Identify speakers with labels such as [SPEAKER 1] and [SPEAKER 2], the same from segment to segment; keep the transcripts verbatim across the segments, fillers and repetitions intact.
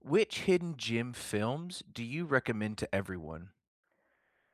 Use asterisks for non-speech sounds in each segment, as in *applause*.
[SPEAKER 1] Which hidden gem films do you recommend to everyone?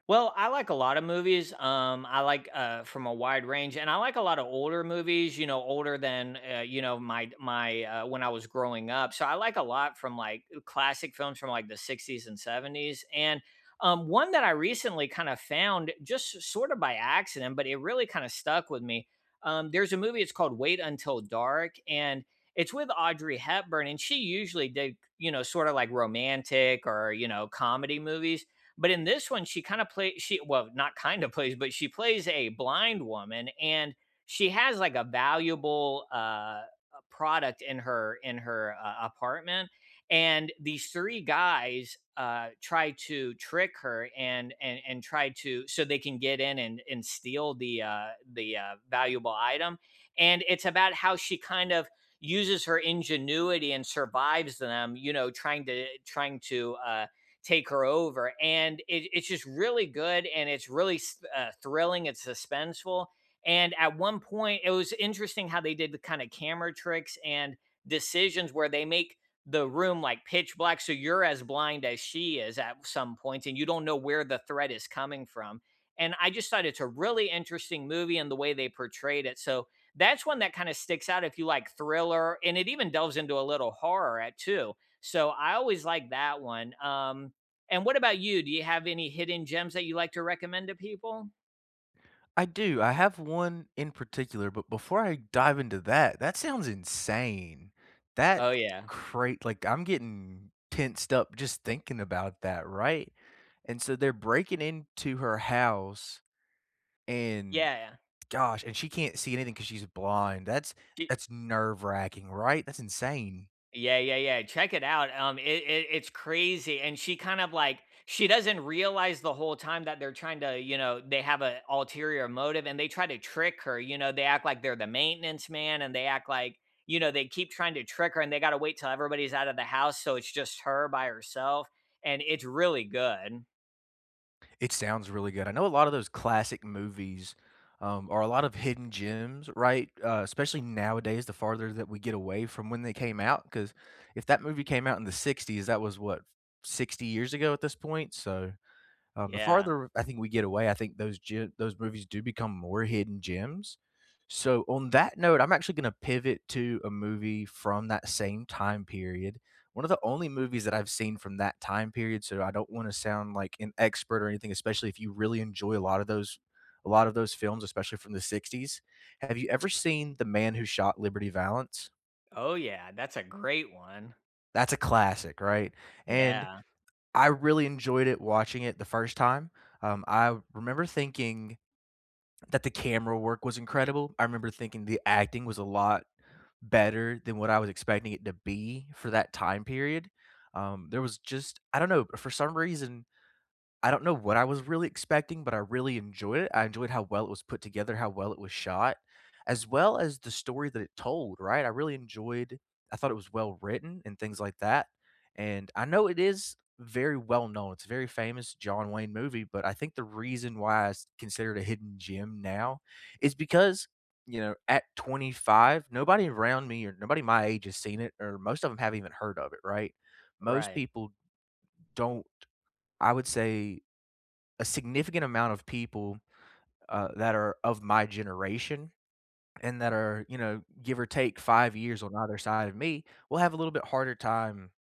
[SPEAKER 2] Well, I like a lot of movies. Um, I like uh, from a wide range, and I like a lot of older movies. You know, older than uh, you know my my uh, when I was growing up. So I like a lot from like classic films from like the sixties and seventies. And um, One that I recently kind of found just sort of by accident, but it really kind of stuck with me. Um, there's a movie. It's called Wait Until Dark, and it's with Audrey Hepburn, and she usually did you know sort of like romantic or you know comedy movies but in this one, she kind of plays she well, not kind of plays, but she plays a blind woman and she has like a valuable uh product in her in her uh, apartment and these three guys uh try to trick her and and and try to so they can get in and and steal the uh the uh, valuable item and it's about how she kind of uses her ingenuity and survives them you know trying to trying to uh take her over. And it, it's just really good and it's really uh, thrilling. It's suspenseful. And at one point, it was interesting how they did the kind of camera tricks and decisions where they make the room like pitch black. So you're as blind as she is at some points and you don't know where the threat is coming from. And I just thought it's a really interesting movie and the way they portrayed it. So that's one that kind of sticks out if you like thriller and it even delves into a little horror at too. So I always like that one. Um, and what about you? Do you have any hidden gems that you like to recommend to people?
[SPEAKER 1] I do. I have one in particular, but before I dive into that, that sounds insane. That's
[SPEAKER 2] Oh, yeah.
[SPEAKER 1] great. Like I'm getting tensed up just thinking about that, right? And so they're breaking into her house and
[SPEAKER 2] Yeah.
[SPEAKER 1] gosh, and she can't see anything because she's blind. That's
[SPEAKER 2] She
[SPEAKER 1] that's nerve wracking, right? That's insane.
[SPEAKER 2] yeah, yeah, yeah. Check it out. Um, it, it it's crazy. And she kind of like she doesn't realize the whole time that they're trying to, you know, they have a ulterior motive and they try to trick her. You know, they act like they're the maintenance man and they act like, you know, they keep trying to trick her and they gotta wait till everybody's out of the house. So it's just her by herself. And it's really good.
[SPEAKER 1] It sounds really good. I know a lot of those classic movies, um, are a lot of hidden gems, right? Uh, especially nowadays, the farther that we get away from when they came out. Because if that movie came out in the sixties, that was what, sixty years ago at this point? So um, the
[SPEAKER 2] Yeah.
[SPEAKER 1] farther I think we get away, I think those ge those movies do become more hidden gems. So, on that note, I'm actually gonna pivot to a movie from that same time period. One of the only movies that I've seen from that time period, so I don't wanna sound like an expert or anything, especially if you really enjoy a lot of those a lot of those films, especially from the sixties. Have you ever seen The Man Who Shot Liberty Valance?
[SPEAKER 2] Oh yeah, that's a great one.
[SPEAKER 1] That's a classic, right? And
[SPEAKER 2] Yeah,
[SPEAKER 1] I really enjoyed it watching it the first time. Um, I remember thinking that the camera work was incredible. I remember thinking the acting was a lot better than what I was expecting it to be for that time period. Um, there was just I don't know, for some reason I don't know what I was really expecting, but I really enjoyed it. I enjoyed how well it was put together, how well it was shot, as well as the story that it told, right? I really enjoyed I thought it was well written and things like that, and I know it is very well known, it's a very famous John Wayne movie, but I think the reason why it's considered a hidden gem now is because, you know, at twenty-five, nobody around me or nobody my age has seen it, or most of them 'em haven't even heard of it, right? Most
[SPEAKER 2] right.
[SPEAKER 1] people don't I would say a significant amount of people uh, that are of my generation and that are, you know, give or take five years on either side of me will have a little bit harder time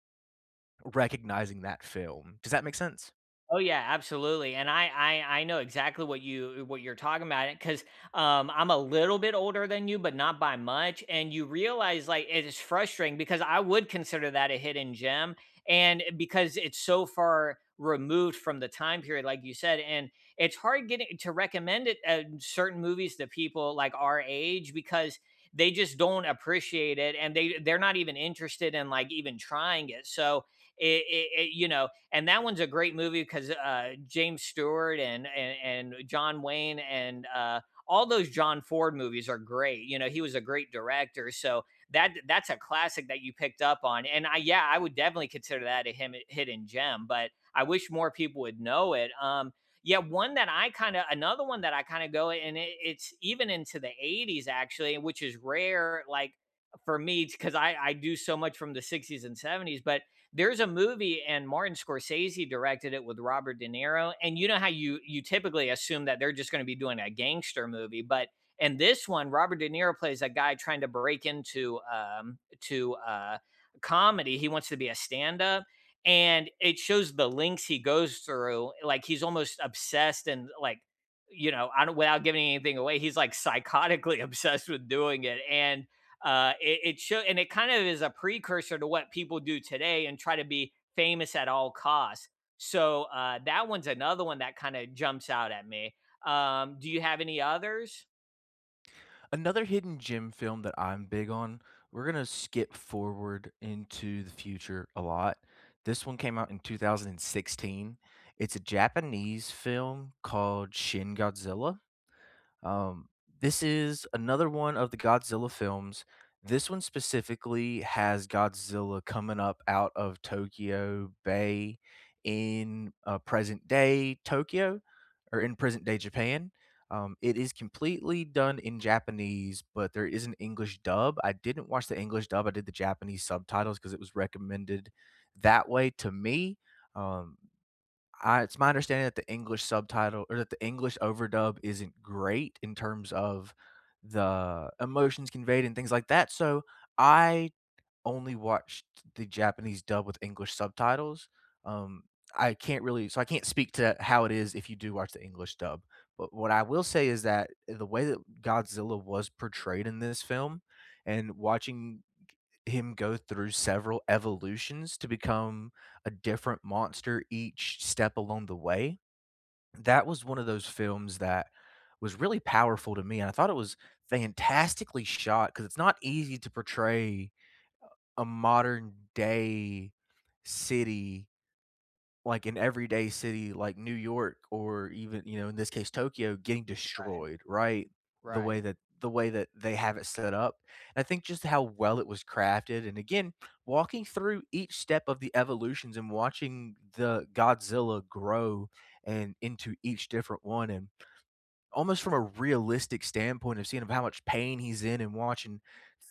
[SPEAKER 1] recognizing that film. Does that make sense?
[SPEAKER 2] Oh yeah, absolutely, and I I I know exactly what you what you're talking about because um, I'm a little bit older than you, but not by much. And you realize like it is frustrating because I would consider that a hidden gem, and because it's so far removed from the time period, like you said, and it's hard getting to recommend it uh, certain movies to people like our age because they just don't appreciate it and they they're not even interested in like even trying it. So it, it, it you know and that one's a great movie because uh, James Stewart and, and and John Wayne and uh, all those John Ford movies are great. You know, he was a great director, so that that's a classic that you picked up on. And I yeah, I would definitely consider that a him hidden gem, but I wish more people would know it. Um, yeah, one that I kind of another one that I kind of go and it, it's even into the eighties actually, which is rare. Like for me because I, I do so much from the sixties and seventies but there's a movie and Martin Scorsese directed it with Robert De Niro, and you know how you you typically assume that they're just gonna be doing a gangster movie, but in this one, Robert De Niro plays a guy trying to break into, um to, uh, comedy, he wants to be a stand-up, and it shows the links he goes through, like, he's almost obsessed and, like, you know, I don't without giving anything away, he's, like, psychotically *laughs* obsessed with doing it, and uh, it, it show and it kind of is a precursor to what people do today and try to be famous at all costs. So uh, that one's another one that kind of jumps out at me. Um, do you have any others?
[SPEAKER 1] Another hidden gem film that I'm big on, we're gonna skip forward into the future a lot. This one came out in twenty sixteen. It's a Japanese film called Shin Godzilla. Um, this is another one of the Godzilla films. This one specifically has Godzilla coming up out of Tokyo Bay in uh, present day Tokyo or in present day Japan. Um, it is completely done in Japanese, but there is an English dub. I didn't watch the English dub, I did the Japanese subtitles because it was recommended that way to me. Um, I it's my understanding that the English subtitle or that the English overdub isn't great in terms of the emotions conveyed and things like that, so I only watched the Japanese dub with English subtitles. Um, I can't really so I can't speak to how it is if you do watch the English dub, but what I will say is that the way that Godzilla was portrayed in this film and watching him go through several evolutions to become a different monster each step along the way. That was one of those films that was really powerful to me, and I thought it was fantastically shot because it's not easy to portray a modern day city like an everyday city like New York or even, you know, in this case Tokyo getting
[SPEAKER 2] Right.
[SPEAKER 1] destroyed, right? The way
[SPEAKER 2] Right.
[SPEAKER 1] that the way that they have it set up. And I think just how well it was crafted and again, walking through each step of the evolutions and watching the Godzilla grow and into each different one and almost from a realistic standpoint of seeing of how much pain he's in and watching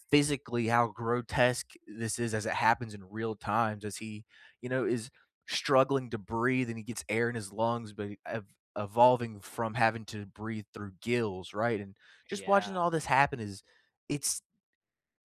[SPEAKER 1] physically how grotesque this is as it happens in real times as he, you know, is struggling to breathe and he gets air in his lungs, but ev- evolving from having to breathe through gills, right? And just watching
[SPEAKER 2] Yeah.
[SPEAKER 1] all this happen is it's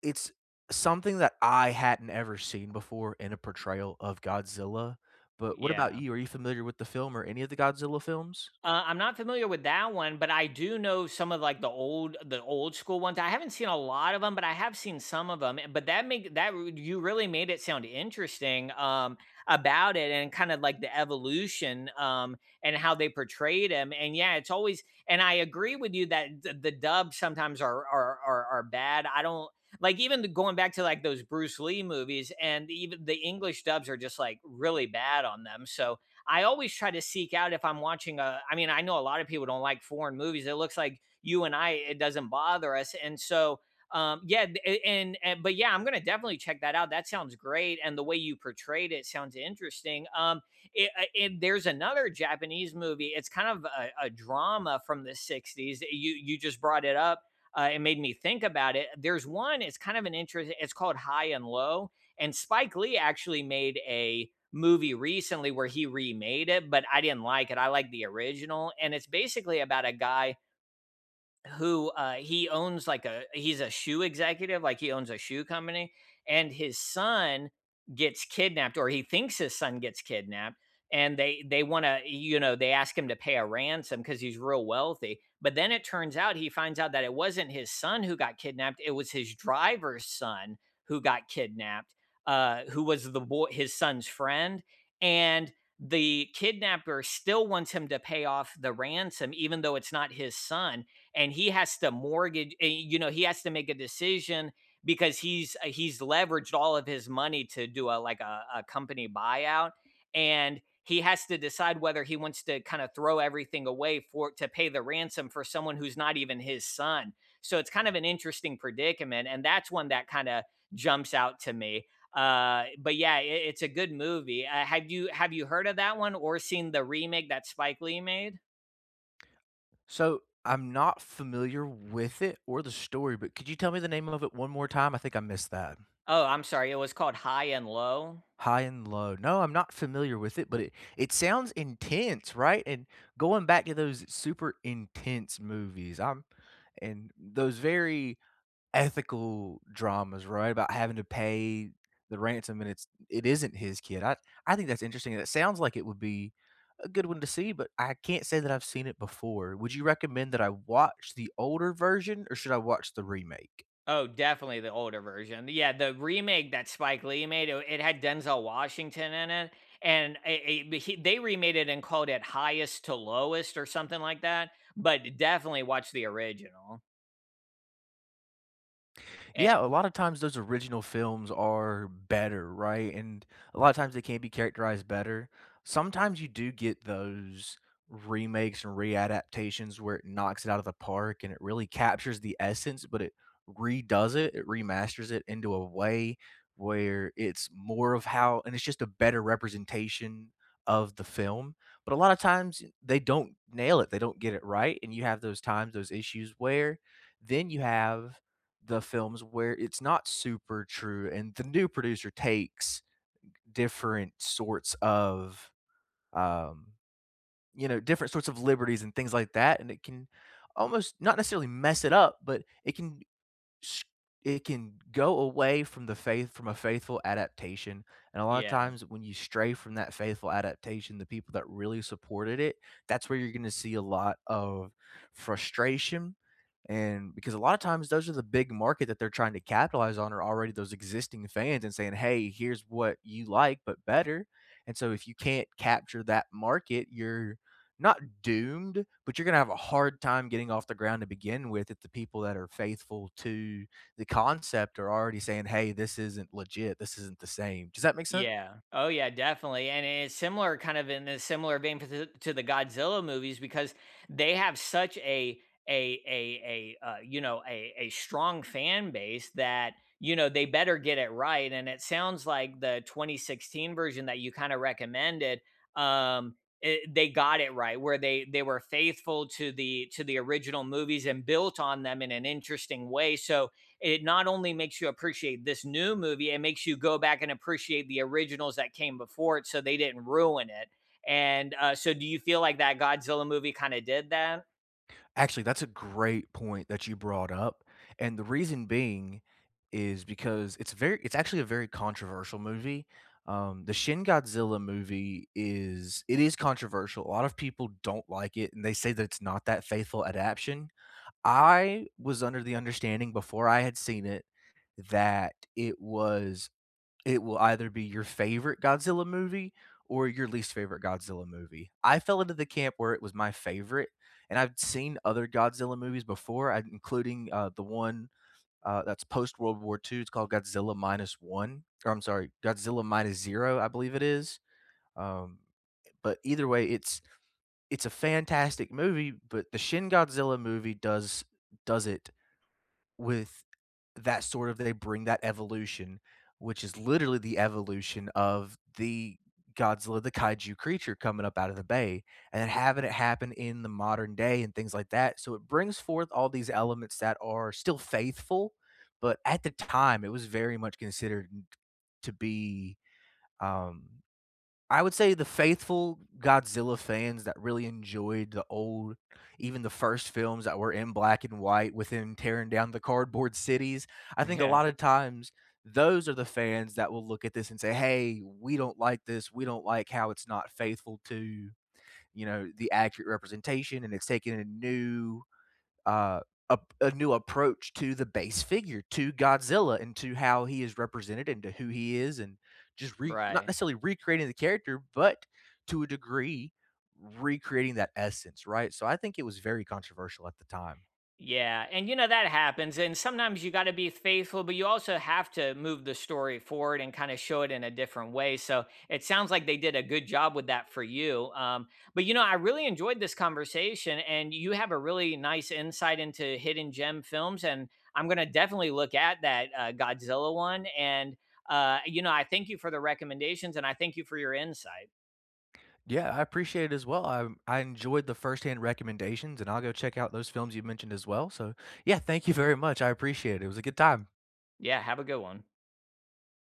[SPEAKER 1] it's something that I hadn't ever seen before in a portrayal of Godzilla. But what about
[SPEAKER 2] Yeah.
[SPEAKER 1] you? Are you familiar with the film or any of the Godzilla films?
[SPEAKER 2] Uh, I'm not familiar with that one, but I do know some of like the old the old school ones. I haven't seen a lot of them, but I have seen some of them. But that make that r- you really made it sound interesting um, about it and kind of like the evolution um, and how they portrayed him. And yeah, it's always and I agree with you that th- the dubs sometimes are are are, are bad. I don't like even the- going back to like those Bruce Lee movies and even the English dubs are just like really bad on them. So I always try to seek out if I'm watching a. I mean, I know a lot of people don't like foreign movies. It looks like you and I, it doesn't bother us. And so, um, yeah, and, and but yeah, I'm gonna definitely check that out. That sounds great, and the way you portrayed it sounds interesting. Um, it, uh, it- there's another Japanese movie. It's kind of a, a drama from the sixties. You you just brought it up. Uh, it made me think about it. There's one. It's kind of an interesting. It's called High and Low, and Spike Lee actually made a movie recently where he remade it, but I didn't like it. I like the original. And it's basically about a guy who uh, he owns like a he's a shoe executive, like he owns a shoe company, and his son gets kidnapped, or he thinks his son gets kidnapped, and they they want to, you know, they ask him to pay a ransom because he's real wealthy, but then it turns out he finds out that it wasn't his son who got kidnapped; it was his driver's son who got kidnapped, uh, who was the boy his son's friend, and the kidnapper still wants him to pay off the ransom even though it's not his son and he has to mortgage eh, you know he has to make a decision because he's uh, he's leveraged all of his money to do a like a, a company buyout and he has to decide whether he wants to kind of throw everything away for to pay the ransom for someone who's not even his son, so it's kind of an interesting predicament and that's one that kind of jumps out to me. Uh but yeah, it, it's a good movie. Uh, have you have you heard of that one or seen the remake that Spike Lee made?
[SPEAKER 1] So, I'm not familiar with it or the story, but could you tell me the name of it one more time? I think I missed that.
[SPEAKER 2] Oh I'm sorry, it was called High and Low.
[SPEAKER 1] High and Low. No, I'm not familiar with it, but it it sounds intense, right? And going back to those super intense movies, I'm and those very ethical dramas, right? About having to pay the ransom and it's it isn't his kid. I I think that's interesting. And it sounds like it would be a good one to see, but I can't say that I've seen it before. Would you recommend that I watch the older version or should I watch the remake?
[SPEAKER 2] Oh, definitely the older version. Yeah, the remake that Spike Lee made, it it had Denzel Washington in it, and it, it- he, they remade it and called it Highest to Lowest or something like that. But definitely watch the original. Eh,
[SPEAKER 1] Yeah, a lot of times those original films are better, right? And a lot of times they can be characterized better. Sometimes you do get those remakes and readaptations where it knocks it out of the park and it really captures the essence, but it redoes it, it remasters it into a way where it's more of how, and it's just a better representation of the film. But a lot of times they don't nail it, they don't get it right. And you have those times, those issues where then you have the films where it's not super true, and the new producer takes different sorts of, um, you know, different sorts of liberties and things like that, and it can almost not necessarily mess it up, but it can s it can go away from the faith from a faithful adaptation, and a lot of
[SPEAKER 2] yeah.
[SPEAKER 1] times when you stray from that faithful adaptation, the people that really supported it, that's where you're gonna see a lot of frustration, and because a lot of times those are the big market that they're trying to capitalize on are already those existing fans and saying, "Hey, here's what you like, but better," and so if you can't capture that market, you're not doomed, but you're gonna have a hard time getting off the ground to begin with if the people that are faithful to the concept are already saying, "Hey, this isn't legit. This isn't the same." Does that make sense?
[SPEAKER 2] Yeah. Oh, yeah, definitely, and it's similar kind of in a similar vein to the to the Godzilla movies because they have such a a a a, uh, you know, a a strong fan base that, you know, they better get it right, and it sounds like the twenty sixteen version that you kinda recommended, um, it they got it right where they they were faithful to the to the original movies and built on them in an interesting way, so it not only makes you appreciate this new movie, it makes you go back and appreciate the originals that came before it so they didn't ruin it. And uh, so, do you feel like that Godzilla movie kind of did that? *laughs*
[SPEAKER 1] Actually, that's a great point that you brought up, and the reason being is because it's very it's actually a very controversial movie. Um, the Shin Godzilla movie is it is controversial. A lot of people don't like it, and they say that it's not that faithful adaptation. I was under the understanding before I had seen it that it was it will either be your favorite Godzilla movie or your least favorite Godzilla movie. I fell into the camp where it was my favorite, and I've seen other Godzilla movies before, I including, uh, the one, uh, that's post World War Two, it's called Godzilla Minus One or I'm sorry, Godzilla Minus Zero, I believe it is, um, but either way, it's it's a fantastic movie, but the Shin Godzilla movie does does it with that sort of they bring that evolution, which is literally the evolution of the Godzilla, the kaiju creature coming up out of the bay, and then having it happen in the modern day and things like that. So it brings forth all these elements that are still faithful, but at the time it was very much considered to be um I would say the faithful Godzilla fans that really enjoyed the old even the first films that were in black and white with him tearing down the cardboard cities, I think a
[SPEAKER 2] Yeah,
[SPEAKER 1] lot of times those are the fans that will look at this and say, "Hey, we don't like this. We don't like how it's not faithful to, you know, the accurate representation and it's taking a new uh, a, a new approach to the base figure, to Godzilla, and to how he is represented, and to who he is, and just re- not
[SPEAKER 2] right.
[SPEAKER 1] necessarily recreating the character, but to a degree recreating that essence, right? So I think it was very controversial at the time.
[SPEAKER 2] Yeah, and you know that happens and sometimes you got to be faithful, but you also have to move the story forward and kind of show it in a different way. So, it sounds like they did a good job with that for you. Um, but you know, I really enjoyed this conversation and you have a really nice insight into hidden gem films and I'm going to definitely look at that uh, Godzilla one and uh, you know, I thank you for the recommendations and I thank you for your insight.
[SPEAKER 1] Yeah, I appreciate it as well. I I enjoyed the firsthand recommendations, and I'll go check out those films you mentioned as well. So yeah, thank you very much. I appreciate it. It was a good time.
[SPEAKER 2] Yeah, have a good one.